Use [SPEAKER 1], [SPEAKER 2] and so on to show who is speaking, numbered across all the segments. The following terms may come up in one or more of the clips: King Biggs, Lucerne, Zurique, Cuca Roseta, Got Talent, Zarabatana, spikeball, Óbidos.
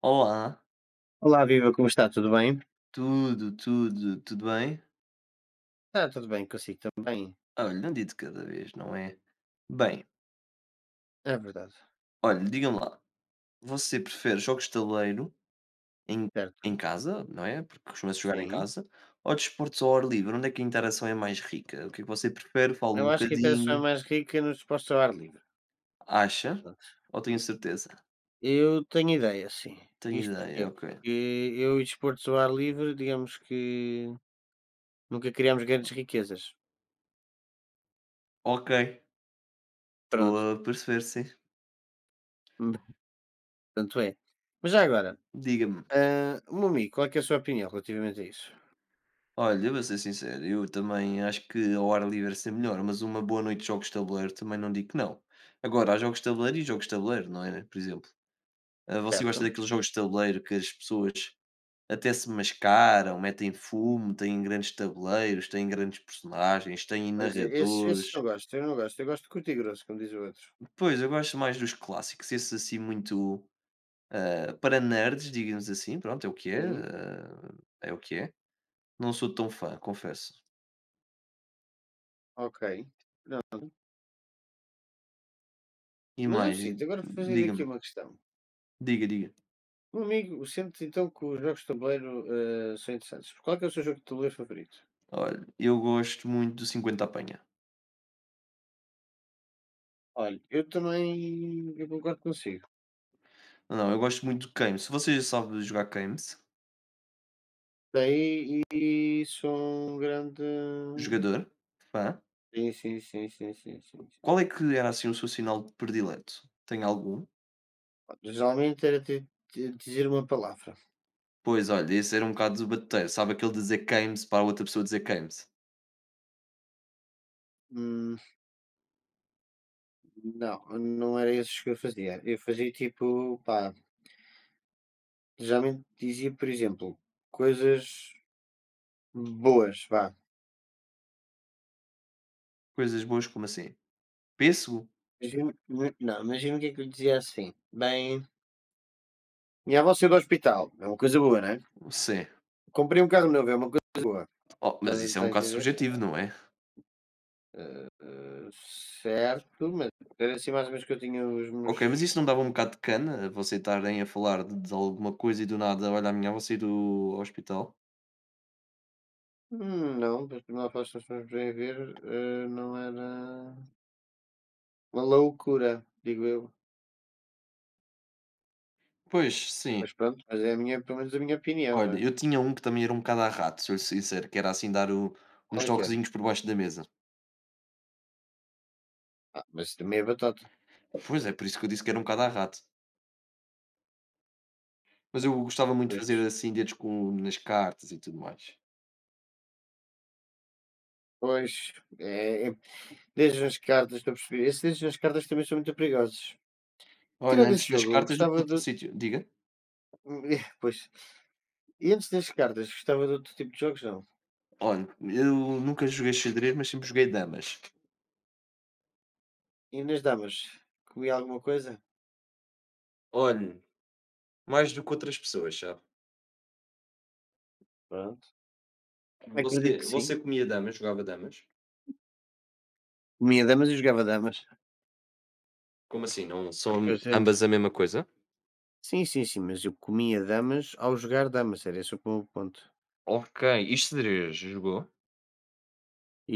[SPEAKER 1] Olá,
[SPEAKER 2] Olá, viva, como está? Tudo bem?
[SPEAKER 1] tudo bem?
[SPEAKER 2] Está tudo bem consigo também?
[SPEAKER 1] Olha, não dia de cada vez, não é? Bem,
[SPEAKER 2] É verdade,
[SPEAKER 1] olha, diga-me lá, você prefere jogos de tabuleiro em, em
[SPEAKER 2] certo?
[SPEAKER 1] casa, não é? Porque costuma-se jogar em
[SPEAKER 2] Sim.
[SPEAKER 1] casa, ou desportos ao ar livre? Onde é que a interação é mais rica? O que é que você prefere? Fala
[SPEAKER 2] Eu
[SPEAKER 1] um
[SPEAKER 2] acho que a interação é
[SPEAKER 1] bocadinho.
[SPEAKER 2] mais rica nos esportes ao ar livre.
[SPEAKER 1] Acha?
[SPEAKER 2] Pronto.
[SPEAKER 1] Ou tenho certeza?
[SPEAKER 2] Eu tenho ideia, sim.
[SPEAKER 1] Tenho
[SPEAKER 2] Isto
[SPEAKER 1] ideia,
[SPEAKER 2] porquê?
[SPEAKER 1] ok.
[SPEAKER 2] Porque eu e desportos ao ar livre, digamos que nunca criámos grandes riquezas.
[SPEAKER 1] Ok, estou
[SPEAKER 2] Pronto,
[SPEAKER 1] a perceber, sim.
[SPEAKER 2] tanto é. Mas já agora,
[SPEAKER 1] Diga-me.
[SPEAKER 2] meu amigo, que é a sua opinião relativamente a isso?
[SPEAKER 1] Olha, eu vou ser sincero, eu também acho que ao ar livre é sempre melhor, mas uma boa noite de jogos de tabuleiro também não digo que não. Agora, há jogos de tabuleiro e jogos de tabuleiro, não é? Né? Por exemplo, você gosta
[SPEAKER 2] Certo?
[SPEAKER 1] daqueles jogos de tabuleiro que as pessoas até se mascaram, metem fumo, têm grandes tabuleiros, têm grandes personagens, têm
[SPEAKER 2] Pois é, esses,
[SPEAKER 1] narradores.
[SPEAKER 2] esses não gosto, eu não gosto. Eu gosto de curto e grosso, como diz o outro.
[SPEAKER 1] Pois, eu gosto mais dos clássicos, esses assim muito para nerds, digamos assim, pronto, é o que é,
[SPEAKER 2] Sim,
[SPEAKER 1] é o que é. Não sou tão fã, confesso.
[SPEAKER 2] ok.
[SPEAKER 1] E
[SPEAKER 2] Mas é o
[SPEAKER 1] mais,
[SPEAKER 2] seguinte, agora fazer aqui
[SPEAKER 1] diga-me,
[SPEAKER 2] uma questão.
[SPEAKER 1] diga, diga.
[SPEAKER 2] Um amigo sente então que os jogos de tabuleiro, são interessantes. Qual é que é o seu jogo de tabuleiro favorito?
[SPEAKER 1] Olha, eu gosto muito do 50 apanha.
[SPEAKER 2] Olha, eu também eu concordo consigo.
[SPEAKER 1] Não, não, eu gosto muito do Kame. Se você já sabe jogar Kames,
[SPEAKER 2] Daí e sou um grande
[SPEAKER 1] jogador, fã,
[SPEAKER 2] sim, sim, sim, sim, sim, sim, sim.
[SPEAKER 1] qual é que era assim o seu sinal predileto? Tem algum?
[SPEAKER 2] Pá, geralmente era dizer uma palavra.
[SPEAKER 1] Pois olha, esse era um bocado debateiro. Sabe aquele de dizer Kames para outra pessoa dizer Kames?
[SPEAKER 2] Hum, não, não era esses que eu fazia. Eu fazia tipo, pá, geralmente dizia, por exemplo, coisas boas, vá.
[SPEAKER 1] Coisas boas como assim? Pêssego?
[SPEAKER 2] Imagino não, imagino o que é que eu dizia assim: "Bem, minha avó saiu do hospital, é uma coisa boa, né?
[SPEAKER 1] Sim.
[SPEAKER 2] Comprei um carro novo, é uma coisa boa".
[SPEAKER 1] Oh, mas isso é
[SPEAKER 2] Está
[SPEAKER 1] um
[SPEAKER 2] a
[SPEAKER 1] bocado
[SPEAKER 2] entender?
[SPEAKER 1] subjetivo, não é?
[SPEAKER 2] Hã, certo, mas era assim mais ou menos que eu tinha os
[SPEAKER 1] Ok, mas
[SPEAKER 2] meus
[SPEAKER 1] isso não dava um bocado de cana? Você estarem a falar de alguma coisa e do nada, olha, amanhã vou sair do hospital?
[SPEAKER 2] não, para tornar fácil para poderem ver, hã, não era uma loucura, digo eu.
[SPEAKER 1] Pois, sim.
[SPEAKER 2] Mas pronto, mas é a minha pelo menos a minha opinião, não
[SPEAKER 1] Olha,
[SPEAKER 2] é?
[SPEAKER 1] eu tinha um que também era um bocado à rato, se eu lhe ser sincero, que era assim dar o uns
[SPEAKER 2] Qual é que era?
[SPEAKER 1] toquezinhos por baixo da mesa.
[SPEAKER 2] Ah, mas também é batata.
[SPEAKER 1] Pois, é por isso que eu disse que era um bocado à rato. Mas eu gostava muito de
[SPEAKER 2] Pois,
[SPEAKER 1] fazer assim dedos com nas cartas e tudo mais.
[SPEAKER 2] pois, é desde nas cartas, estou a perceber. Esses desde nas cartas também são muito perigosos.
[SPEAKER 1] Olha,
[SPEAKER 2] Tirando esse
[SPEAKER 1] antes nas
[SPEAKER 2] jogo, eu
[SPEAKER 1] cartas do que
[SPEAKER 2] gostava
[SPEAKER 1] noutro
[SPEAKER 2] de
[SPEAKER 1] sítio. Diga?
[SPEAKER 2] pois. E antes das cartas, gostava de outro tipo de jogos? Não.
[SPEAKER 1] Olha, eu nunca joguei xadrez, mas sempre joguei damas.
[SPEAKER 2] E nas damas, comia alguma coisa?
[SPEAKER 1] Olha, mais do que outras pessoas, sabe.
[SPEAKER 2] Pronto. Acredito
[SPEAKER 1] Você
[SPEAKER 2] que sim.
[SPEAKER 1] você comia damas, jogava damas?
[SPEAKER 2] Comia damas e jogava damas.
[SPEAKER 1] Como assim, não
[SPEAKER 2] Ah, porque eu
[SPEAKER 1] são
[SPEAKER 2] sempre
[SPEAKER 1] ambas a mesma coisa?
[SPEAKER 2] sim, sim, sim, mas eu comia damas ao jogar damas, era esse o meu ponto.
[SPEAKER 1] Ok, e xadrez, jogou?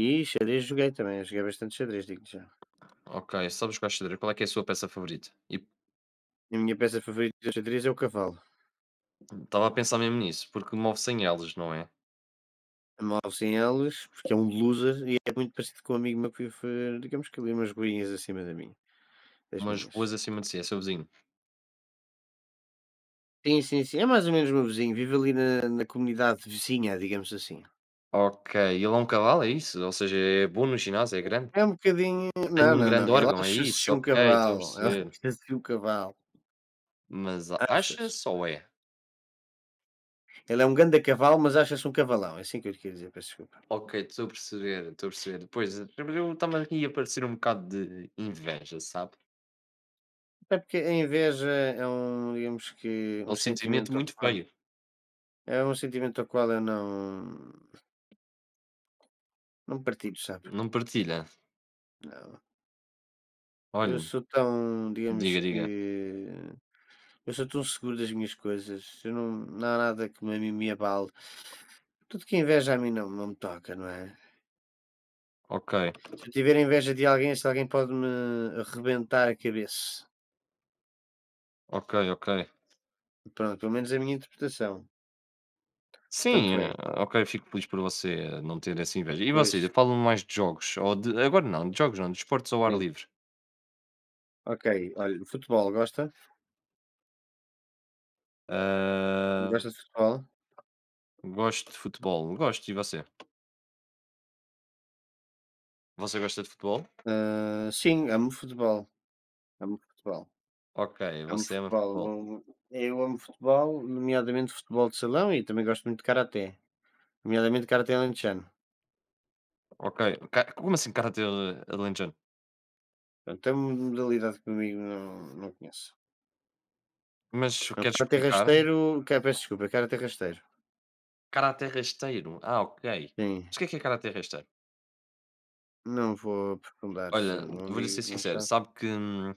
[SPEAKER 2] E xadrez joguei também, joguei bastante xadrez, digo já.
[SPEAKER 1] Ok, sabes jogar xadrez, qual é que é a sua peça favorita?
[SPEAKER 2] A minha peça favorita de xadrez é o cavalo.
[SPEAKER 1] Estava a pensar mesmo nisso, porque move 100 elos, não é?
[SPEAKER 2] Amarro sem elas, porque é um loser e é muito parecido com um amigo meu que, foi, digamos que ali umas goinhas acima da minha das
[SPEAKER 1] Umas ruas
[SPEAKER 2] minhas.
[SPEAKER 1] acima de si, é seu vizinho.
[SPEAKER 2] Sim, sim, sim. É mais ou menos meu vizinho, vive ali na comunidade vizinha, digamos assim.
[SPEAKER 1] Ok, ele é um cavalo, é isso? Ou seja, é bom no ginásio, é grande?
[SPEAKER 2] É um bocadinho
[SPEAKER 1] Tem
[SPEAKER 2] não,
[SPEAKER 1] um
[SPEAKER 2] não,
[SPEAKER 1] grande
[SPEAKER 2] não, ele
[SPEAKER 1] órgão, é isso?
[SPEAKER 2] acha-se um
[SPEAKER 1] Ok, estou a
[SPEAKER 2] cavalo, ele
[SPEAKER 1] perceber.
[SPEAKER 2] acha-se um cavalo,
[SPEAKER 1] Mas
[SPEAKER 2] acha-se.
[SPEAKER 1] acha-se ou é?
[SPEAKER 2] Ele é um ganda cavalo, mas acha-se um cavalão, é assim que eu lhe queria dizer, peço desculpa.
[SPEAKER 1] Ok, estou a perceber, estou a perceber. Pois, estava aqui a parecer um bocado de inveja, sabe?
[SPEAKER 2] É porque a inveja é um, digamos que,
[SPEAKER 1] É um
[SPEAKER 2] um
[SPEAKER 1] sentimento
[SPEAKER 2] sentimento ao
[SPEAKER 1] muito
[SPEAKER 2] qual
[SPEAKER 1] feio.
[SPEAKER 2] é um sentimento ao qual eu não partilho, sabe.
[SPEAKER 1] Não partilha.
[SPEAKER 2] Não. Eu
[SPEAKER 1] Olha,
[SPEAKER 2] sou tão, digamos
[SPEAKER 1] diga, diga.
[SPEAKER 2] que eu sou tão seguro das minhas coisas, eu não, não há nada que me abale. Tudo que é inveja a mim não, não me toca, não é?
[SPEAKER 1] Ok,
[SPEAKER 2] Se eu tiver inveja de alguém, se alguém pode me arrebentar a cabeça.
[SPEAKER 1] ok, ok.
[SPEAKER 2] Pronto, pelo menos é a minha interpretação.
[SPEAKER 1] Sim,
[SPEAKER 2] Portanto é.
[SPEAKER 1] ok, fico feliz por você não ter essa inveja. E
[SPEAKER 2] Pois,
[SPEAKER 1] vocês, eu falo mais de jogos, ou de agora não, de jogos não, de esportes ao ar
[SPEAKER 2] sim.
[SPEAKER 1] livre.
[SPEAKER 2] Ok, olha, futebol, gosta?
[SPEAKER 1] Ah,
[SPEAKER 2] Gosta de futebol?
[SPEAKER 1] gosto de futebol, gosto, e você? Você gosta de futebol?
[SPEAKER 2] Ah, sim, amo futebol. Amo futebol.
[SPEAKER 1] Ok,
[SPEAKER 2] Amo
[SPEAKER 1] você ama
[SPEAKER 2] futebol.
[SPEAKER 1] futebol.
[SPEAKER 2] Não- Eu amo futebol, nomeadamente futebol de salão e também gosto muito de karaté. Nomeadamente karaté alentejano.
[SPEAKER 1] Ok, como assim karatê alentejano?
[SPEAKER 2] Pronto, é uma modalidade que comigo não, não conheço.
[SPEAKER 1] Mas
[SPEAKER 2] O
[SPEAKER 1] quero
[SPEAKER 2] karatê
[SPEAKER 1] explicar?
[SPEAKER 2] rasteiro, ca peço desculpa, karatê rasteiro.
[SPEAKER 1] Karatê rasteiro, ah, ok.
[SPEAKER 2] Sim,
[SPEAKER 1] Mas o que é karatê rasteiro?
[SPEAKER 2] não vou aprofundar, se
[SPEAKER 1] Olha,
[SPEAKER 2] um
[SPEAKER 1] vou-lhe
[SPEAKER 2] amigo
[SPEAKER 1] ser
[SPEAKER 2] que não
[SPEAKER 1] sincero,
[SPEAKER 2] sabe.
[SPEAKER 1] sabe que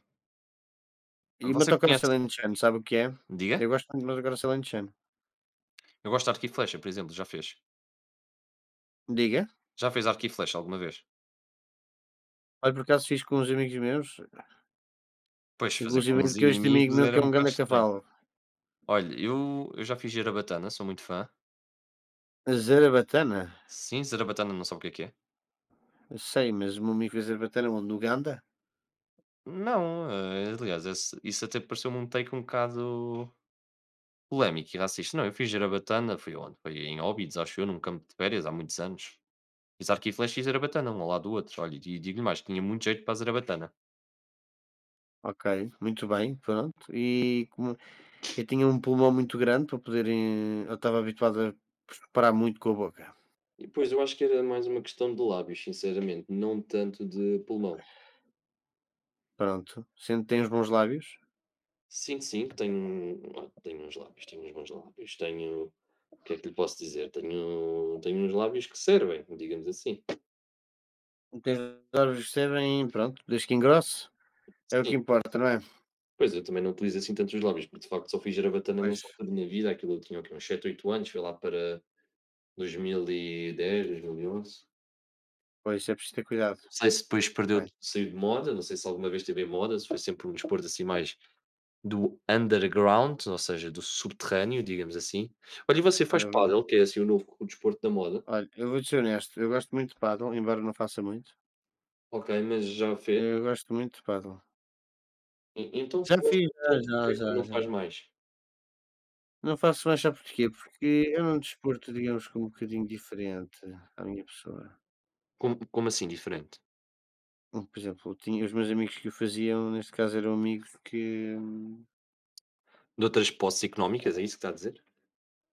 [SPEAKER 2] E
[SPEAKER 1] você
[SPEAKER 2] motocross
[SPEAKER 1] conhece,
[SPEAKER 2] alentejano, sabe o que é?
[SPEAKER 1] diga?
[SPEAKER 2] Eu gosto muito de motocross alentejano.
[SPEAKER 1] Eu gosto de arco e flecha, por exemplo, já fez?
[SPEAKER 2] Diga.
[SPEAKER 1] Já fez arco e flecha alguma vez?
[SPEAKER 2] Olha, por acaso fiz com uns amigos meus,
[SPEAKER 1] Pois, fazer com
[SPEAKER 2] inclusive
[SPEAKER 1] uns
[SPEAKER 2] com este amigo
[SPEAKER 1] inimigos
[SPEAKER 2] meu
[SPEAKER 1] era
[SPEAKER 2] que
[SPEAKER 1] um
[SPEAKER 2] é um
[SPEAKER 1] bocado
[SPEAKER 2] ganda
[SPEAKER 1] estranho.
[SPEAKER 2] cavalo.
[SPEAKER 1] Olha, eu já fiz Zarabatana, sou muito fã.
[SPEAKER 2] Zarabatana?
[SPEAKER 1] Sim, Zarabatana não sabe o que é que é?
[SPEAKER 2] Eu sei, mas o meu amigo fez Zarabatana onde? No Uganda?
[SPEAKER 1] Não, aliás, esse isso até pareceu-me um take um bocado polémico e racista. Não, eu fiz Zarabatana, foi onde? Foi em Óbidos, acho eu, num campo de férias, há muitos anos. Fiz arco e flecha e Zarabatana, um ao lado do outro. Olha, e digo-lhe mais, tinha muito jeito para a Zarabatana.
[SPEAKER 2] Ok, muito bem, pronto. E como eu tinha um pulmão muito grande para poder, eu estava habituado a parar muito com a boca.
[SPEAKER 1] E pois, eu acho que era mais uma questão de lábios, sinceramente, não tanto de pulmão.
[SPEAKER 2] Pronto, sendo que tens bons lábios,
[SPEAKER 1] Sim, sim, tenho uns lábios, tenho uns bons lábios, tenho, o que é que lhe posso dizer? Tenho uns lábios que servem, digamos assim.
[SPEAKER 2] tens lábios que servem, pronto, desde que engrosse, é o
[SPEAKER 1] Sim,
[SPEAKER 2] que importa, não é?
[SPEAKER 1] pois, eu também não utilizo assim tantos lábios, porque de facto só fiz gerabatana
[SPEAKER 2] Pois,
[SPEAKER 1] nessa altura da minha vida, aquilo eu tinha o quê? Uns 7 8 anos, foi lá para dois mil e dez dois mil e onze.
[SPEAKER 2] pois, é preciso ter cuidado.
[SPEAKER 1] Não sei se depois perdeu,
[SPEAKER 2] Bem,
[SPEAKER 1] saiu de moda, não sei se alguma vez teve em moda, se foi sempre um desporto assim mais do underground, ou seja, do subterrâneo, digamos assim. Olha, e você faz
[SPEAKER 2] olha, eu
[SPEAKER 1] pádel,
[SPEAKER 2] vou
[SPEAKER 1] que é assim o novo desporto da moda?
[SPEAKER 2] olha, eu vou-te ser honesto, eu gosto muito de paddle embora não faça muito,
[SPEAKER 1] Ok, mas já fez?
[SPEAKER 2] eu gosto muito de paddle.
[SPEAKER 1] Então se
[SPEAKER 2] Já
[SPEAKER 1] gosta
[SPEAKER 2] fiz, já,
[SPEAKER 1] tanto, porque
[SPEAKER 2] já,
[SPEAKER 1] é que não
[SPEAKER 2] já,
[SPEAKER 1] faz
[SPEAKER 2] já.
[SPEAKER 1] mais?
[SPEAKER 2] Não faço mais, sabe porquê? Porque é um desporto, digamos que é um bocadinho diferente à minha pessoa.
[SPEAKER 1] Como assim diferente?
[SPEAKER 2] Por exemplo, eu tinha os meus amigos que o faziam, neste caso eram amigos que
[SPEAKER 1] De outras posses económicas, é isso que está a dizer?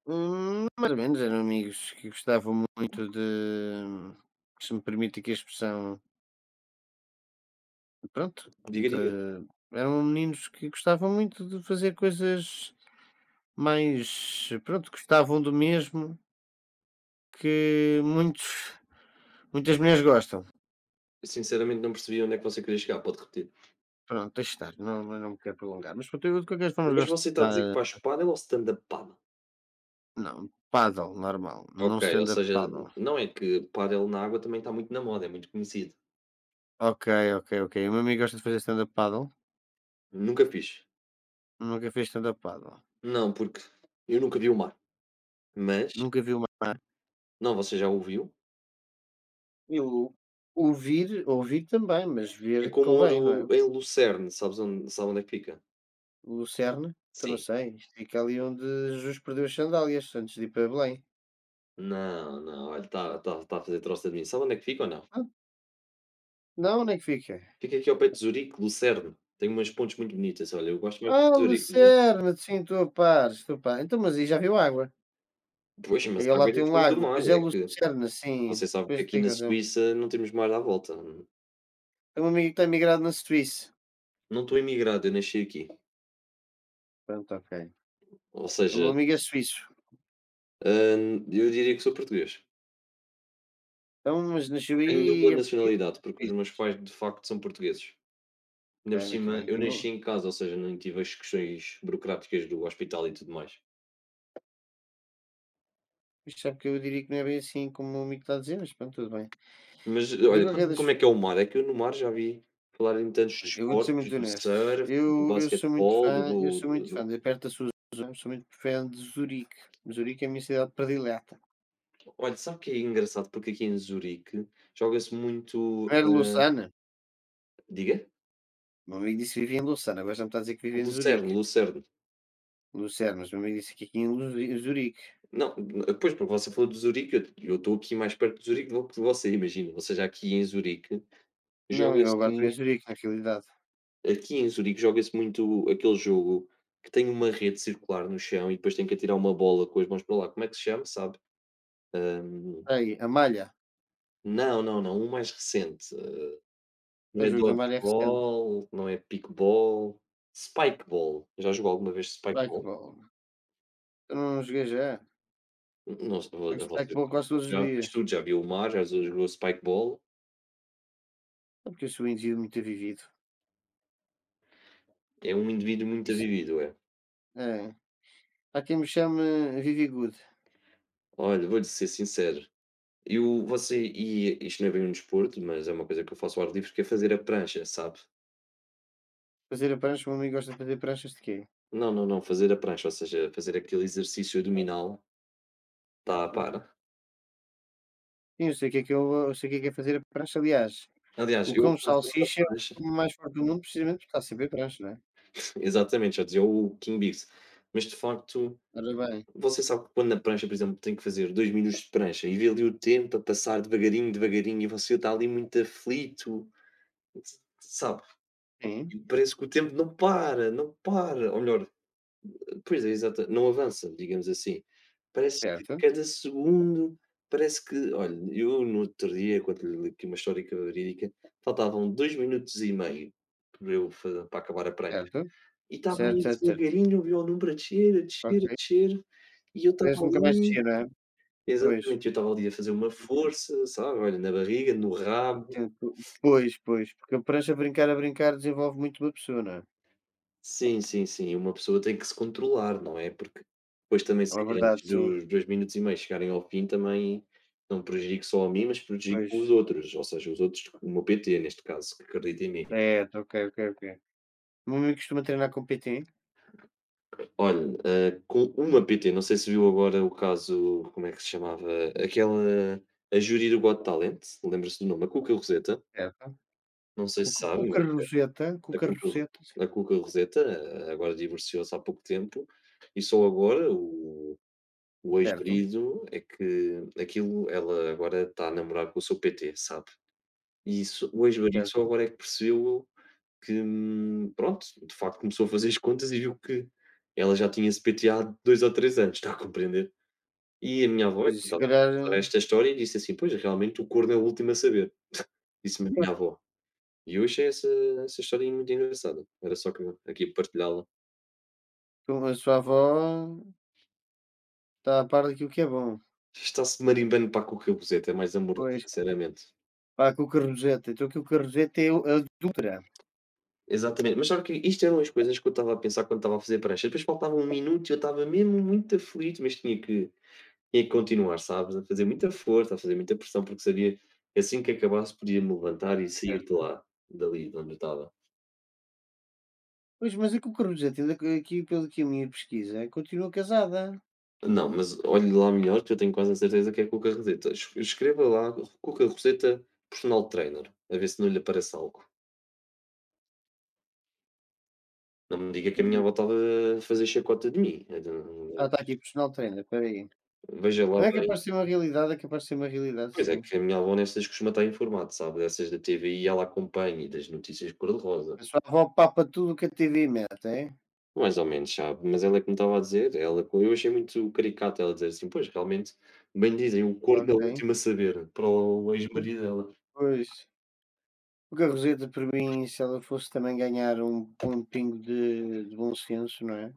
[SPEAKER 2] hum, mais ou menos, eram amigos que gostavam muito de, se me permite aqui a expressão, pronto,
[SPEAKER 1] Diga, diga.
[SPEAKER 2] de, eram meninos que gostavam muito de fazer coisas mais, pronto, gostavam do mesmo que muitos, muitas mulheres gostam.
[SPEAKER 1] Eu sinceramente não percebi onde é que você queria chegar, pode repetir.
[SPEAKER 2] Pronto, deixa estar, não, não me quero prolongar. Mas pronto, eu de qualquer forma
[SPEAKER 1] Mas
[SPEAKER 2] gosto
[SPEAKER 1] você
[SPEAKER 2] de,
[SPEAKER 1] está a dizer que
[SPEAKER 2] dar-
[SPEAKER 1] faz paddle ou stand-up paddle?
[SPEAKER 2] não, paddle, normal, não
[SPEAKER 1] Ok, ou
[SPEAKER 2] stand-up
[SPEAKER 1] seja,
[SPEAKER 2] paddle.
[SPEAKER 1] não é que paddle na água também está muito na moda, é muito conhecido.
[SPEAKER 2] Ok, ok, ok. O meu amigo gosta de fazer stand-up paddle,
[SPEAKER 1] Nunca fiz.
[SPEAKER 2] nunca fez stand-up paddle.
[SPEAKER 1] Não, porque eu nunca vi o mar. Mas,
[SPEAKER 2] Nunca vi uma
[SPEAKER 1] não, você já ouviu?
[SPEAKER 2] eu ouvir também, mas
[SPEAKER 1] É
[SPEAKER 2] ver
[SPEAKER 1] como
[SPEAKER 2] convém, não
[SPEAKER 1] ouro
[SPEAKER 2] é?
[SPEAKER 1] em Lucerne, sabes onde, sabe onde é que fica?
[SPEAKER 2] Lucerna? Então não
[SPEAKER 1] Sim.
[SPEAKER 2] sei, isto fica ali onde Jesus perdeu as sandálias antes de ir para Belém.
[SPEAKER 1] Não, não, olha, está a fazer troça de mim. Sabe onde é que fica ou não?
[SPEAKER 2] Ah, não, onde é que fica?
[SPEAKER 1] Fica aqui ao pé de Zurique, Lucerne. Tem umas pontes muito bonitas. Olha, eu gosto mais
[SPEAKER 2] Ah,
[SPEAKER 1] de Zurique, por exemplo.
[SPEAKER 2] Lucerna, sim, estou a par, estou a par. Então, mas aí já viu água.
[SPEAKER 1] Pois, mas
[SPEAKER 2] Aí
[SPEAKER 1] a água
[SPEAKER 2] lá
[SPEAKER 1] é
[SPEAKER 2] tem um
[SPEAKER 1] diferente do
[SPEAKER 2] lago,
[SPEAKER 1] mar.
[SPEAKER 2] pois é
[SPEAKER 1] É que
[SPEAKER 2] Lucerna, sim,
[SPEAKER 1] você sabe que
[SPEAKER 2] pois
[SPEAKER 1] aqui
[SPEAKER 2] tem
[SPEAKER 1] na
[SPEAKER 2] razão.
[SPEAKER 1] Suíça não temos mar à volta.
[SPEAKER 2] Tenho um amigo que está migrado na Suíça.
[SPEAKER 1] Não estou imigrado, eu nasci aqui.
[SPEAKER 2] Pronto, ok.
[SPEAKER 1] Ou
[SPEAKER 2] O meu
[SPEAKER 1] seja,
[SPEAKER 2] amigo é suíço.
[SPEAKER 1] eu diria que sou português.
[SPEAKER 2] Então, mas nasceu
[SPEAKER 1] Tenho
[SPEAKER 2] aí,
[SPEAKER 1] dupla
[SPEAKER 2] é português,
[SPEAKER 1] nacionalidade,
[SPEAKER 2] é
[SPEAKER 1] porque os meus
[SPEAKER 2] suíço.
[SPEAKER 1] pais de facto são portugueses. Ainda por
[SPEAKER 2] Ok, muito
[SPEAKER 1] cima,
[SPEAKER 2] bem.
[SPEAKER 1] eu nasci
[SPEAKER 2] Eu,
[SPEAKER 1] em casa, ou seja, não tive as questões burocráticas do hospital e tudo mais.
[SPEAKER 2] isto sabe que eu diria que não é bem assim como o meu amigo está a dizer, mas pronto, tudo bem.
[SPEAKER 1] Mas
[SPEAKER 2] De
[SPEAKER 1] olha,
[SPEAKER 2] qualquer
[SPEAKER 1] conta-me
[SPEAKER 2] das
[SPEAKER 1] como é que é o mar? É que eu no mar já vi falar em tantos
[SPEAKER 2] olha, eu vou-te ser
[SPEAKER 1] desportos,
[SPEAKER 2] muito
[SPEAKER 1] do
[SPEAKER 2] honesto,
[SPEAKER 1] surf, do
[SPEAKER 2] eu sou muito
[SPEAKER 1] basquetebol, do do
[SPEAKER 2] fã de perto da Suzano, sou muito fã de Zurique. Zurique é a minha cidade predileta.
[SPEAKER 1] do olha, sabe o que é engraçado? Porque aqui em Zurique joga-se muito
[SPEAKER 2] Não era Lausana?
[SPEAKER 1] diga?
[SPEAKER 2] Meu amigo disse que vivia em Lausana, agora já me está a dizer que vive em Zurique.
[SPEAKER 1] Lucerno, Lucerno.
[SPEAKER 2] Lucerne, mas meu amigo disse que aqui em Luzuri Zurique.
[SPEAKER 1] Não, depois porque você falou de Zurique, eu estou aqui mais perto de Zurique do que de você, imagino. Ou seja,
[SPEAKER 2] Não, eu
[SPEAKER 1] joga-se
[SPEAKER 2] agora estou em
[SPEAKER 1] muito
[SPEAKER 2] Zurique, na realidade.
[SPEAKER 1] aqui em Zurique joga-se muito aquele jogo que tem uma rede circular no chão e depois tem que atirar uma bola com as mãos para lá. Como é que se chama, sabe?
[SPEAKER 2] Aí, a malha,
[SPEAKER 1] Não, não, não, um mais recente. Não
[SPEAKER 2] o
[SPEAKER 1] é
[SPEAKER 2] jogo da malha é recente.
[SPEAKER 1] dodgeball, não é pickball, spikeball. Já jogou alguma vez spikeball?
[SPEAKER 2] Spikeball, eu não joguei já.
[SPEAKER 1] N não se vo
[SPEAKER 2] Jogo
[SPEAKER 1] vocês
[SPEAKER 2] Spikeball quase
[SPEAKER 1] parecem
[SPEAKER 2] todos
[SPEAKER 1] que
[SPEAKER 2] os
[SPEAKER 1] já fez
[SPEAKER 2] dias.
[SPEAKER 1] tudo, já viu o mar, já zo jogou spikeball.
[SPEAKER 2] É porque eu sou um indivíduo muito vivido.
[SPEAKER 1] É um indivíduo muito
[SPEAKER 2] Isso
[SPEAKER 1] avivido, é.
[SPEAKER 2] é. Há quem me chame Vivi Good.
[SPEAKER 1] Olha, vou-lhe ser sincero, eu você e isto não é bem um desporto, mas é uma coisa que eu faço ao ar livre, que é fazer a prancha, sabe.
[SPEAKER 2] Fazer a prancha, o meu amigo gosta de fazer pranchas de quê?
[SPEAKER 1] Não, não, não, fazer a prancha, ou seja, fazer aquele exercício abdominal. Está
[SPEAKER 2] Certo.
[SPEAKER 1] para.
[SPEAKER 2] Sim, eu sei o que é fazer a prancha, aliás,
[SPEAKER 1] Aliás,
[SPEAKER 2] o
[SPEAKER 1] eu
[SPEAKER 2] cão
[SPEAKER 1] quando faço a
[SPEAKER 2] salsicha é o
[SPEAKER 1] prancha.
[SPEAKER 2] cão mais forte do mundo precisamente porque está sempre em prancha, não é?
[SPEAKER 1] Exatamente, já dizia o King Biggs. Mas de facto,
[SPEAKER 2] Ora bem,
[SPEAKER 1] você sabe que quando na prancha, por exemplo, tem que fazer 2 minutos de prancha e vê ali o tempo a passar devagarinho, devagarinho, e você está ali muito aflito, sabe?
[SPEAKER 2] sim,
[SPEAKER 1] E parece que o tempo não para, não para. Ou melhor, pois é, exata, não avança, digamos assim. Parece que
[SPEAKER 2] certo,
[SPEAKER 1] cada segundo, parece que, olha, eu no outro dia, quando lhe li aqui uma história verídica, faltavam 2 minutos e meio para eu para acabar a prancha.
[SPEAKER 2] certo,
[SPEAKER 1] E estava
[SPEAKER 2] certo,
[SPEAKER 1] eles
[SPEAKER 2] certo, certo,
[SPEAKER 1] devagarinho, o violão para descer, a descer,
[SPEAKER 2] ok.
[SPEAKER 1] a e eu estava
[SPEAKER 2] Parece que nunca mais
[SPEAKER 1] ali
[SPEAKER 2] descia, não é? Pois,
[SPEAKER 1] exatamente, eu estava ali a fazer uma
[SPEAKER 2] entendo,
[SPEAKER 1] força, sabe, olha, na barriga, no rabo.
[SPEAKER 2] entendo, po pois, pois, porque a prancha a brincar desenvolve muito uma pessoa, não é?
[SPEAKER 1] Sim, sim, sim, uma pessoa tem que se controlar, não é, porque depois também
[SPEAKER 2] É uma
[SPEAKER 1] sair antes
[SPEAKER 2] verdade, sim,
[SPEAKER 1] dos 2 minutos e meio chegarem ao fim também não prejudico só a mim, mas prejudico os
[SPEAKER 2] pois,
[SPEAKER 1] outros, ou seja, os outros, o meu PT, neste caso, que acredita em mim.
[SPEAKER 2] certo, ok, ok, ok. O meu amigo costuma treinar com patins,
[SPEAKER 1] Olha, com uma PT, não sei se viu agora o caso, como é que se chamava? Aquela, a júri do Got Talent, lembra-se do nome? A Cuca Roseta,
[SPEAKER 2] certo,
[SPEAKER 1] não sei
[SPEAKER 2] com
[SPEAKER 1] se
[SPEAKER 2] com com
[SPEAKER 1] sabe, mas
[SPEAKER 2] carrozeta,
[SPEAKER 1] a Cuca, a Cuca Roseta agora divorciou-se há pouco tempo e só agora o
[SPEAKER 2] certo.
[SPEAKER 1] ex-marido é que aquilo, ela agora está a namorar com o seu PT, sabe? E isso, o ex-marido só
[SPEAKER 2] Certo.
[SPEAKER 1] agora é que percebeu que, pronto, de facto começou a fazer as contas e viu que ela já tinha se PTAado 2 ou 3 anos, está a compreender? E a minha avó é
[SPEAKER 2] Pois,
[SPEAKER 1] que me
[SPEAKER 2] se
[SPEAKER 1] estava a
[SPEAKER 2] calhar,
[SPEAKER 1] contar
[SPEAKER 2] eh,
[SPEAKER 1] esta história e disse assim: "Pois, realmente o corno é o último a saber", disse-me a minha avó. E eu achei essa história muito engraçada. Era só que aqui partilhá-la.
[SPEAKER 2] então a sua avó está a par daquilo que é bom.
[SPEAKER 1] Está-se marimbando para a cucabuzeta, é mais amoroso,
[SPEAKER 2] Pois,
[SPEAKER 1] sinceramente.
[SPEAKER 2] pá, com o Cornojeta. Então que o Cornojeta é o adulterado,
[SPEAKER 1] Exatamente, mas sabe que isto eram as coisas que eu estava a pensar quando estava a fazer prancha. Depois faltava 1 minuto e eu estava mesmo muito aflito, mas tinha que continuar, sabes, a fazer muita força, a fazer muita pressão, porque sabia, assim que acabasse podia-me levantar e sair de
[SPEAKER 2] certo?
[SPEAKER 1] lá, dali de onde eu estava.
[SPEAKER 2] Pois, mas a Cucarujeta, ainda que aqui, pelo que a minha pesquisa, continua casada.
[SPEAKER 1] Não, mas olhe lá melhor, que eu tenho quase a certeza que é Cuca Roseta. Es escreva lá Cuca Roseta personal trainer, a ver se não lhe aparece algo. Não me diga que a minha
[SPEAKER 2] Hum.
[SPEAKER 1] avó estava a fazer chacota de mim. Eu
[SPEAKER 2] Ah,
[SPEAKER 1] não-
[SPEAKER 2] está aqui, personal trainer, espera aí.
[SPEAKER 1] Veja lá
[SPEAKER 2] Então é
[SPEAKER 1] bem.
[SPEAKER 2] capaz de ser uma realidade, é capaz de ser uma realidade,
[SPEAKER 1] Pois é
[SPEAKER 2] sim.
[SPEAKER 1] que a minha avó nessas costuma estar informada, sabe, dessas da TVI ela acompanha e das notícias cor-de-rosa.
[SPEAKER 2] A sua avó papa tudo o que a TV mete, é?
[SPEAKER 1] Mais ou menos sabe, mas ela é que me estava a dizer, ela co eu achei muito caricato ela dizer assim: "Pois, realmente, bem dizem, o corno é o
[SPEAKER 2] Ok.
[SPEAKER 1] último a saber", para o
[SPEAKER 2] Hum.
[SPEAKER 1] ex-marido dela.
[SPEAKER 2] Pois. O Cornojeta, para mim, se ela fosse também ganhar um bom pingo de bom senso, não é?